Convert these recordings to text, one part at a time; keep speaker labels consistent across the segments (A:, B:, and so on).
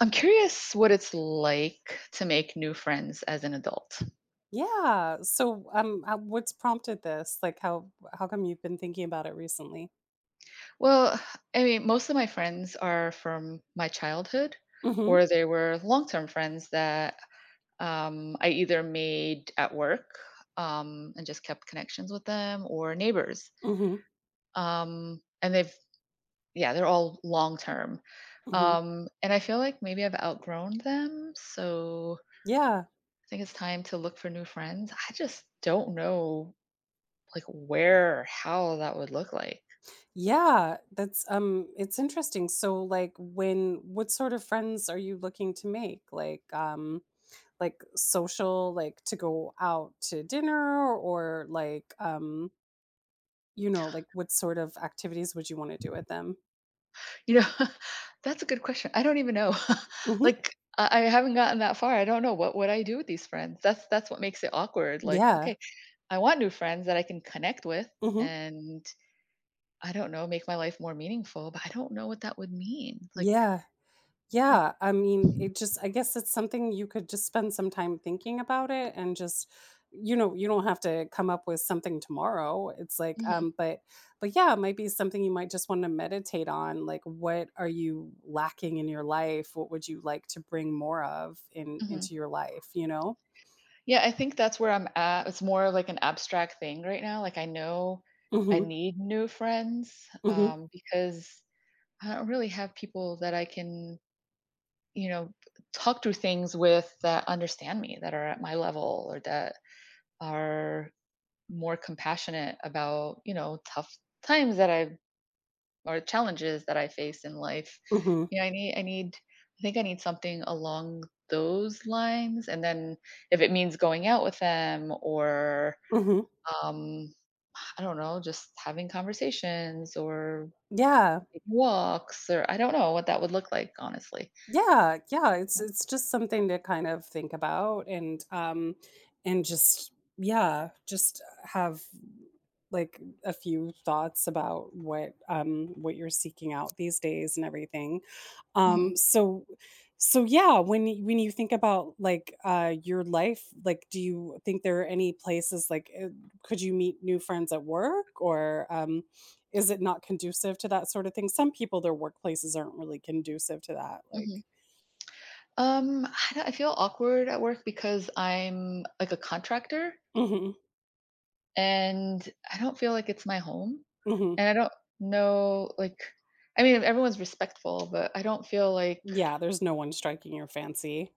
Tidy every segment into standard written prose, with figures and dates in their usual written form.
A: I'm curious what it's like to make new friends as an adult.
B: Yeah. What's prompted this? Like, how come you've been thinking about it recently?
A: Well, I mean, most of my friends are from my childhood,
B: Mm-hmm.
A: or they were long term friends that I either made at work and just kept connections with them, or neighbors.
B: Mm-hmm.
A: And they've, yeah, they're all long term.
B: Mm-hmm.
A: And I feel like maybe I've outgrown them. So
B: Yeah.
A: I think it's time to look for new friends. I just don't know where how that would look like.
B: Yeah. That's. It's interesting. So, like, when what sort of friends are you looking to make? Like social, like to go out to dinner, or like, like what sort of activities would you want to do with them?
A: You know, that's a good question. I don't even know.
B: Mm-hmm.
A: Like I haven't gotten that far. I don't know what would I do with these friends. That's what makes it awkward. Like,
B: Yeah.
A: okay, I want new friends that I can connect with
B: Mm-hmm.
A: and I don't know, make my life more meaningful, but I don't know what that would mean.
B: Yeah.
A: Like
B: Yeah, I mean, it just I guess it's something you could just spend some time thinking about it and just you know, you don't have to come up with something tomorrow. It's like
A: Mhm,
B: but yeah, it might be something you might just want to meditate on, like what are you lacking in your life? What would you like to bring more of in
A: mhm.
B: into your life, you know?
A: Yeah, I think that's where I'm at. It's more of like an abstract thing right now. Like I know I
B: Mhm.
A: need new friends,
B: Mhm.
A: because I don't really have people that I can, you know, talk through things with that understand me, that are at my level, or that are more compassionate about, you know, tough times that I or challenges that I face in life.
B: Mhm.
A: You know, I think I need something along those lines, and then if it means going out with them or
B: Mhm.
A: um I don't know, just having conversations or
B: Yeah.
A: walks or I don't know what that would look like honestly.
B: Yeah, yeah, it's just something to kind of think about. And just yeah, just have like a few thoughts about what you're seeking out these days and everything. Um
A: Mhm.
B: so so yeah, when when you think about like your life, like do you think there are any places like could you meet new friends at work, or is it not conducive to that sort of thing? Some people, their workplaces aren't really conducive to that. Like
A: Mhm. I don't I feel awkward at work because I'm like a contractor,
B: Mhm.
A: and I don't feel like it's my home.
B: Mhm.
A: And I don't know like I mean everyone's respectful, but I don't feel like
B: Yeah, there's no one striking your fancy.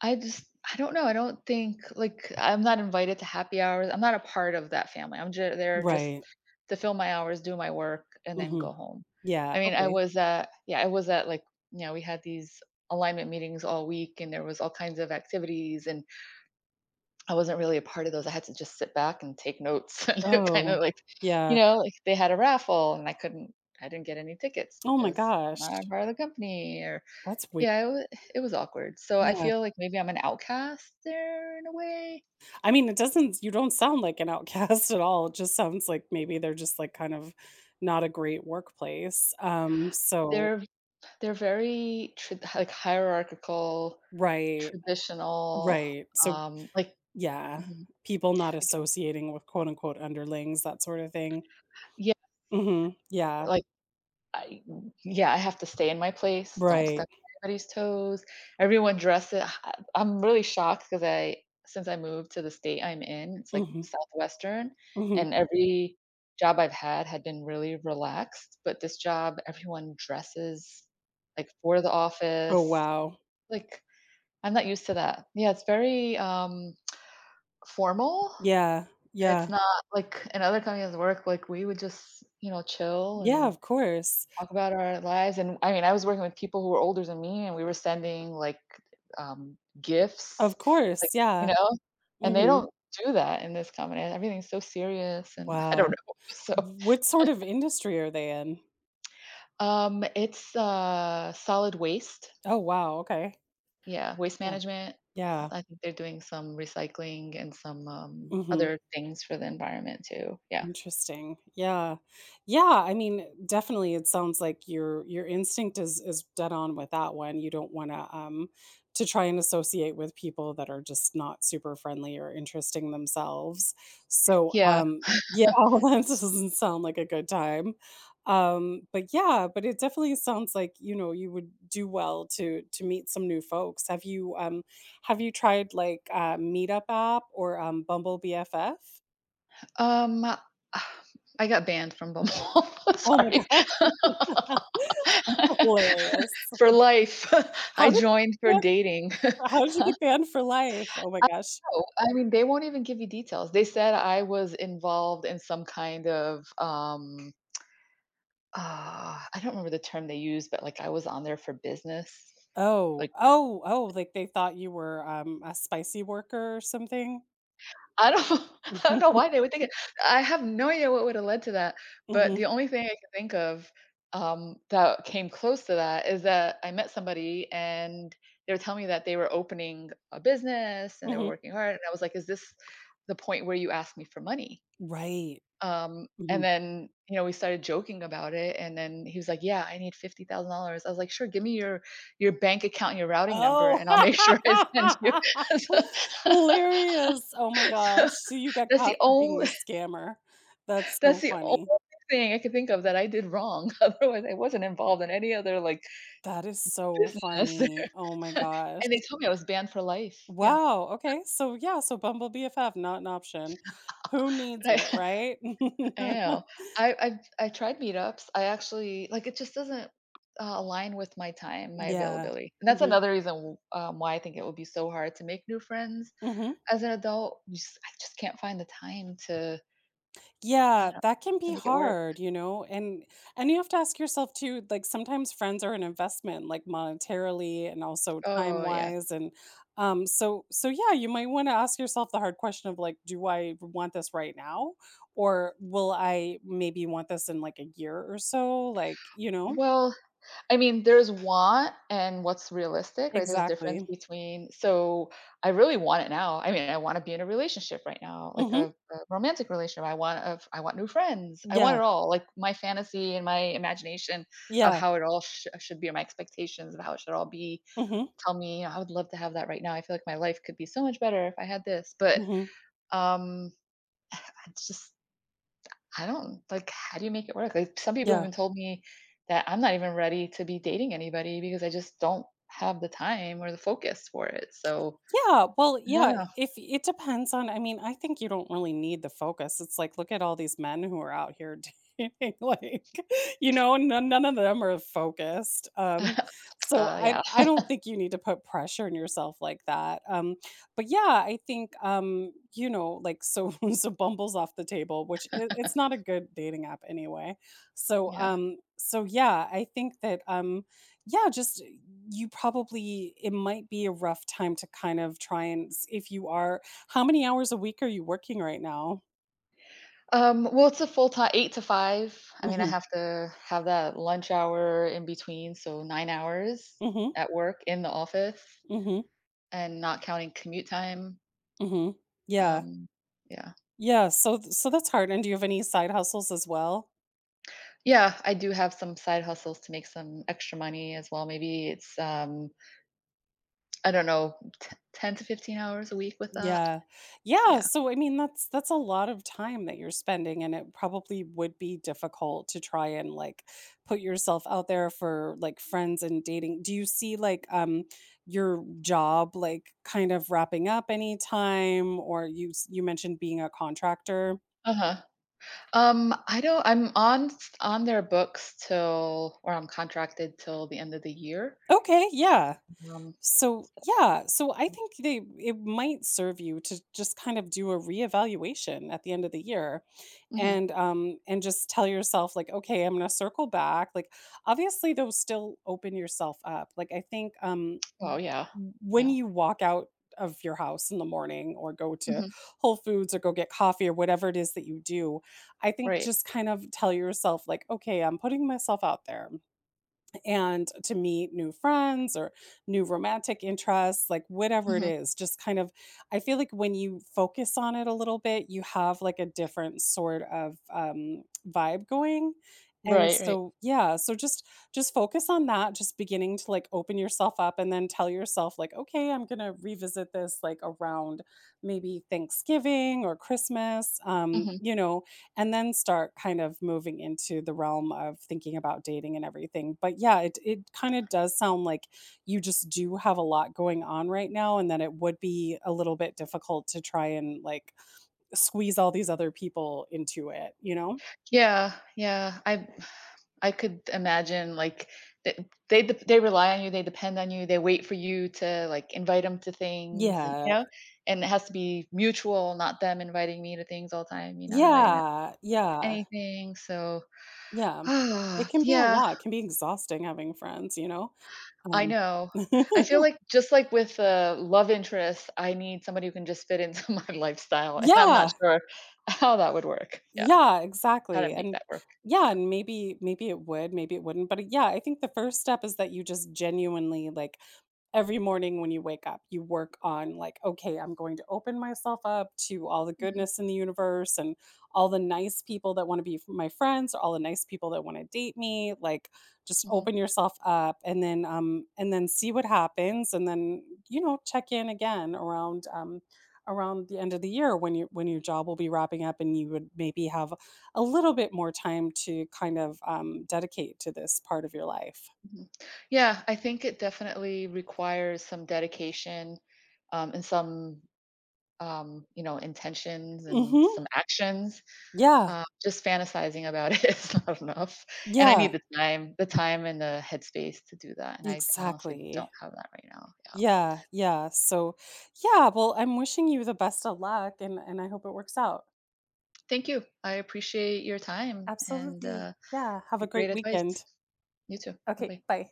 A: I just I don't know. I don't think like I'm not invited to happy hours. I'm not a part of that family. I'm just there just
B: Right.
A: to fill my hours, do my work, and then go
B: Mhm.
A: home.
B: Yeah,
A: I mean, I
B: okay.
A: was at yeah, I was at like we had these alignment meetings all week and there was all kinds of activities and I wasn't really a part of those. I had to just sit back and take notes and kind of
B: Oh.
A: like, you
B: Yeah.
A: know, like they had a raffle and I couldn't, I didn't get any tickets
B: Oh my
A: because I'm
B: gosh.
A: not a part of the company, or,
B: That's weird.
A: yeah, it was awkward. So I
B: Yeah.
A: feel like maybe I'm an outcast there in a way.
B: I mean, it doesn't you don't sound like an outcast at all. It just sounds like maybe they're just, like, kind of not a great workplace.
A: They're, they're very like hierarchical,
B: Right.
A: traditional,
B: Right. So
A: like,
B: yeah.
A: mhm,
B: People not
A: like,
B: associating with quote, unquote, "underlings," that sort of thing.
A: yeah,
B: Mhm. Yeah.
A: like I yeah, I have to stay in my place, don't step
B: Right.
A: on anybody's toes. Everyone dresses I'm really shocked because I since I moved to the state I'm in, it's like
B: Mhm.
A: Southwestern,
B: Mhm.
A: and every job I've had had been really relaxed, but this job, everyone dresses, like, for the
B: Oh,
A: office.
B: wow.
A: Like, I'm not used to that. Yeah, it's very, formal,
B: Yeah.
A: and it's
B: Yeah.
A: not like in other companies at work, like, we would just, you know, chill
B: Yeah,
A: and
B: of course.
A: talk about our lives. And I mean, I was working with people who were older than me and we were sending, like, gifts,
B: Of
A: like,
B: course,
A: you
B: yeah.
A: know, and they
B: Mhm.
A: don't do that in this company, everything's so serious and I don't
B: Wow.
A: know. So,
B: What sort of industry are they in?
A: it's, solid waste.
B: Oh, wow, okay.
A: Yeah, waste
B: Yeah.
A: management.
B: Yeah.
A: I think they're doing some recycling and some,
B: Mhm.
A: other things for the environment too. Yeah.
B: Interesting. Yeah. Yeah, I mean, definitely it sounds like your instinct is dead on with that one. You don't want to try and associate with people that are just not super friendly or interesting themselves. So,
A: Yeah.
B: yeah, all that doesn't sound like a good time. But yeah, but it definitely sounds like, you know, you would do well to meet some new folks. Have you tried like Meetup app or Bumble BFF?
A: Um, I got banned from Bumble.
B: Oh my
A: Sorry.
B: gosh. Hilarious.
A: For life. I
B: How did
A: joined
B: you get
A: for
B: banned
A: dating.
B: how did you get banned for life? Oh my
A: I
B: gosh.
A: don't know. I mean, they won't even give you details. They said I was involved in some kind of, I don't remember the term they used, but, like, I was on there for business. Like
B: Oh, like, they thought you were, a spicy worker or something?
A: I don't I don't know
B: Mhm,
A: why they would think it. I have no idea what would have led to that, but
B: mhm,
A: the only thing I can think of, that came close to that is that I met somebody and they were telling me that they were opening a business and they were
B: mhm.
A: working hard, and I was like, "Is this the point where you ask me for money?"
B: Right.
A: And
B: Mhm.
A: then, you know, we started joking about it, and then he was like, "Yeah, I need $50,000." I was like, "Sure, give me your bank account and your routing number,
B: Oh.
A: and I'll make sure I send you." So
B: Hilarious. Oh my gosh. So you got
A: that's the
B: caught for being
A: only
B: a scammer. That's
A: That's
B: so
A: the only
B: funny.
A: thing I could think of that I did wrong. Otherwise, I wasn't involved in any other, like,
B: That is so
A: business.
B: funny. Oh my gosh.
A: And they told me I was banned for life. Yeah.
B: Wow, okay, so yeah, so Bumble BFF, not an option. Who needs
A: But
B: it,
A: I
B: right?
A: I know. I tried meetups. I actually like, it just doesn't, align with my time, my
B: Yeah.
A: availability. And that's
B: Mhm.
A: another reason why I think it would be so hard to make new friends
B: Mhm.
A: as an adult. You just I just can't find the time to I
B: Yeah,
A: don't know,
B: that can
A: to
B: be
A: make it work.
B: hard, you know, and you have to ask yourself too, like sometimes friends are an investment, like monetarily and also time
A: Oh, yeah.
B: wise, and so yeah, you might want to ask yourself the hard question of like, do I want this right now, or will I maybe want this in like a year or so? Like, you know,
A: Well I mean, there's want and what's realistic, right? There's difference
B: exactly.
A: between so I really want it now. I mean, I want to be in a relationship right now, like
B: Hmm.
A: a romantic relationship. I want new friends. I want
B: Yeah,
A: it all. Like my fantasy and my imagination of
B: yeah.
A: how it all should be, or my expectations of how it should all be.
B: Hmm.
A: Tell me, I would love to have that right now. I feel like my life could be so much better if I had this. But
B: Hmm.
A: um, it's just I don't like, how do you make it work? Like, some people
B: Yeah.
A: even told me that I'm not even ready to be dating anybody because I just don't have the time or the focus for it. So
B: Yeah, well,
A: I don't
B: yeah,
A: know.
B: if it depends on I mean, I think you don't really need the focus. It's like, look at all these men who are out here dating, like, you know, none of them are focused.
A: Uh,
B: I
A: yeah,
B: don't think you need to put pressure on yourself like that. But yeah, I think you know, so Bumble's off the table, which it's not a good dating app anyway. So
A: yeah.
B: um so yeah, I think that yeah, just you probably it might be a rough time to kind of try and if you are how many hours a week are you working right now?
A: Well, it's a full time, 8 to 5. I mean, I
B: Mhm.
A: have to have that lunch hour in between, so 9 hours
B: Mhm.
A: at work in the office,
B: Mhm.
A: and not counting commute time.
B: Mhm. Yeah.
A: Um, yeah,
B: So that's hard. And do you have any side hustles as well?
A: yeah. I do have some side hustles to make some extra money as well. Maybe it's I don't know, 10 to 15 hours a week with that.
B: Yeah. Yeah,
A: Yeah.
B: so I mean, that's a lot of time that you're spending, and it probably would be difficult to try and, like, put yourself out there for, like, friends and dating. Do you see, like, your job, like, kind of wrapping up anytime, or you mentioned being a contractor?
A: Uh-huh. I don't I'm on on their books till or I'm contracted till the end of the year.
B: Okay, yeah.
A: Um,
B: So
A: so,
B: yeah, so I think they it might serve you to just kind of do a reevaluation at the end of the year,
A: mhm.
B: and just tell yourself like, okay, I'm going to circle back. Like, obviously, though, still open yourself up. Like, I think,
A: Oh yeah.
B: when
A: Yeah.
B: you walk out of your house in the morning, or go to
A: Hmm.
B: Whole Foods or go get coffee or whatever it is that you do, I think
A: Right.
B: just kind of tell yourself, like, okay, I'm putting myself out there and to meet new friends or new romantic interests, like whatever it
A: Hmm.
B: is, just kind of, I feel like when you focus on it a little bit, you have like a different sort of vibe going. And
A: Right, right.
B: so, yeah, so just focus on that, just beginning to like open yourself up and then tell yourself like, okay, I'm going to revisit this like around maybe Thanksgiving or Christmas.
A: Hmm.
B: You know, and then start kind of moving into the realm of thinking about dating and everything. But yeah, it kinda does sound like you just do have a lot going on right now, and that it would be a little bit difficult to try and, like, squeeze all these other people into it, you know?
A: Yeah, yeah. I could imagine like they they rely on you, they depend on you, they wait for you to like invite them to things and
B: Yeah.
A: you know, and it has to be mutual, not them inviting me to things all the time, me not inviting them.
B: Yeah, yeah,
A: Anything, so
B: yeah. It
A: ah,
B: can be a
A: yeah,
B: lot. It can be exhausting having friends, you know?
A: I
B: Um
A: know. I feel like just like with the love interest, I need somebody who can just fit into my lifestyle, and I'm
B: Yeah.
A: not sure how that would work. Yeah,
B: Yeah,
A: how to
B: exactly,
A: make
B: and
A: that work.
B: yeah,
A: Yeah.
B: and maybe maybe it would, maybe it wouldn't, but, yeah, I think the first step is that you just genuinely, like, every morning when you wake up, you work on like, okay, I'm going to open myself up to all the
A: Mhm,
B: goodness in the universe and all the nice people that want to be my friends or all the nice people that want to date me. Like, just
A: mhm,
B: open yourself up and then see what happens. And then, you know, check in again around, around the end of the year when you when your job will be wrapping up and you would maybe have a little bit more time to kind of dedicate to this part of your life.
A: mhm. Yeah, I think it definitely requires some dedication, and some you know, intentions and
B: Hmm.
A: some actions.
B: Yeah,
A: Just fantasizing about it is not enough, and I need
B: yeah.
A: the time and the headspace to do that, and I honestly don't
B: Exactly.
A: have that right now. Yeah.
B: Yeah, yeah. So, yeah, well, I'm wishing you the best of luck, and I hope it works out.
A: Thank you. I appreciate your time and
B: Absolutely. Yeah, have a
A: your great
B: great
A: advice.
B: weekend.
A: You too. Bye
B: Okay,
A: bye.
B: bye.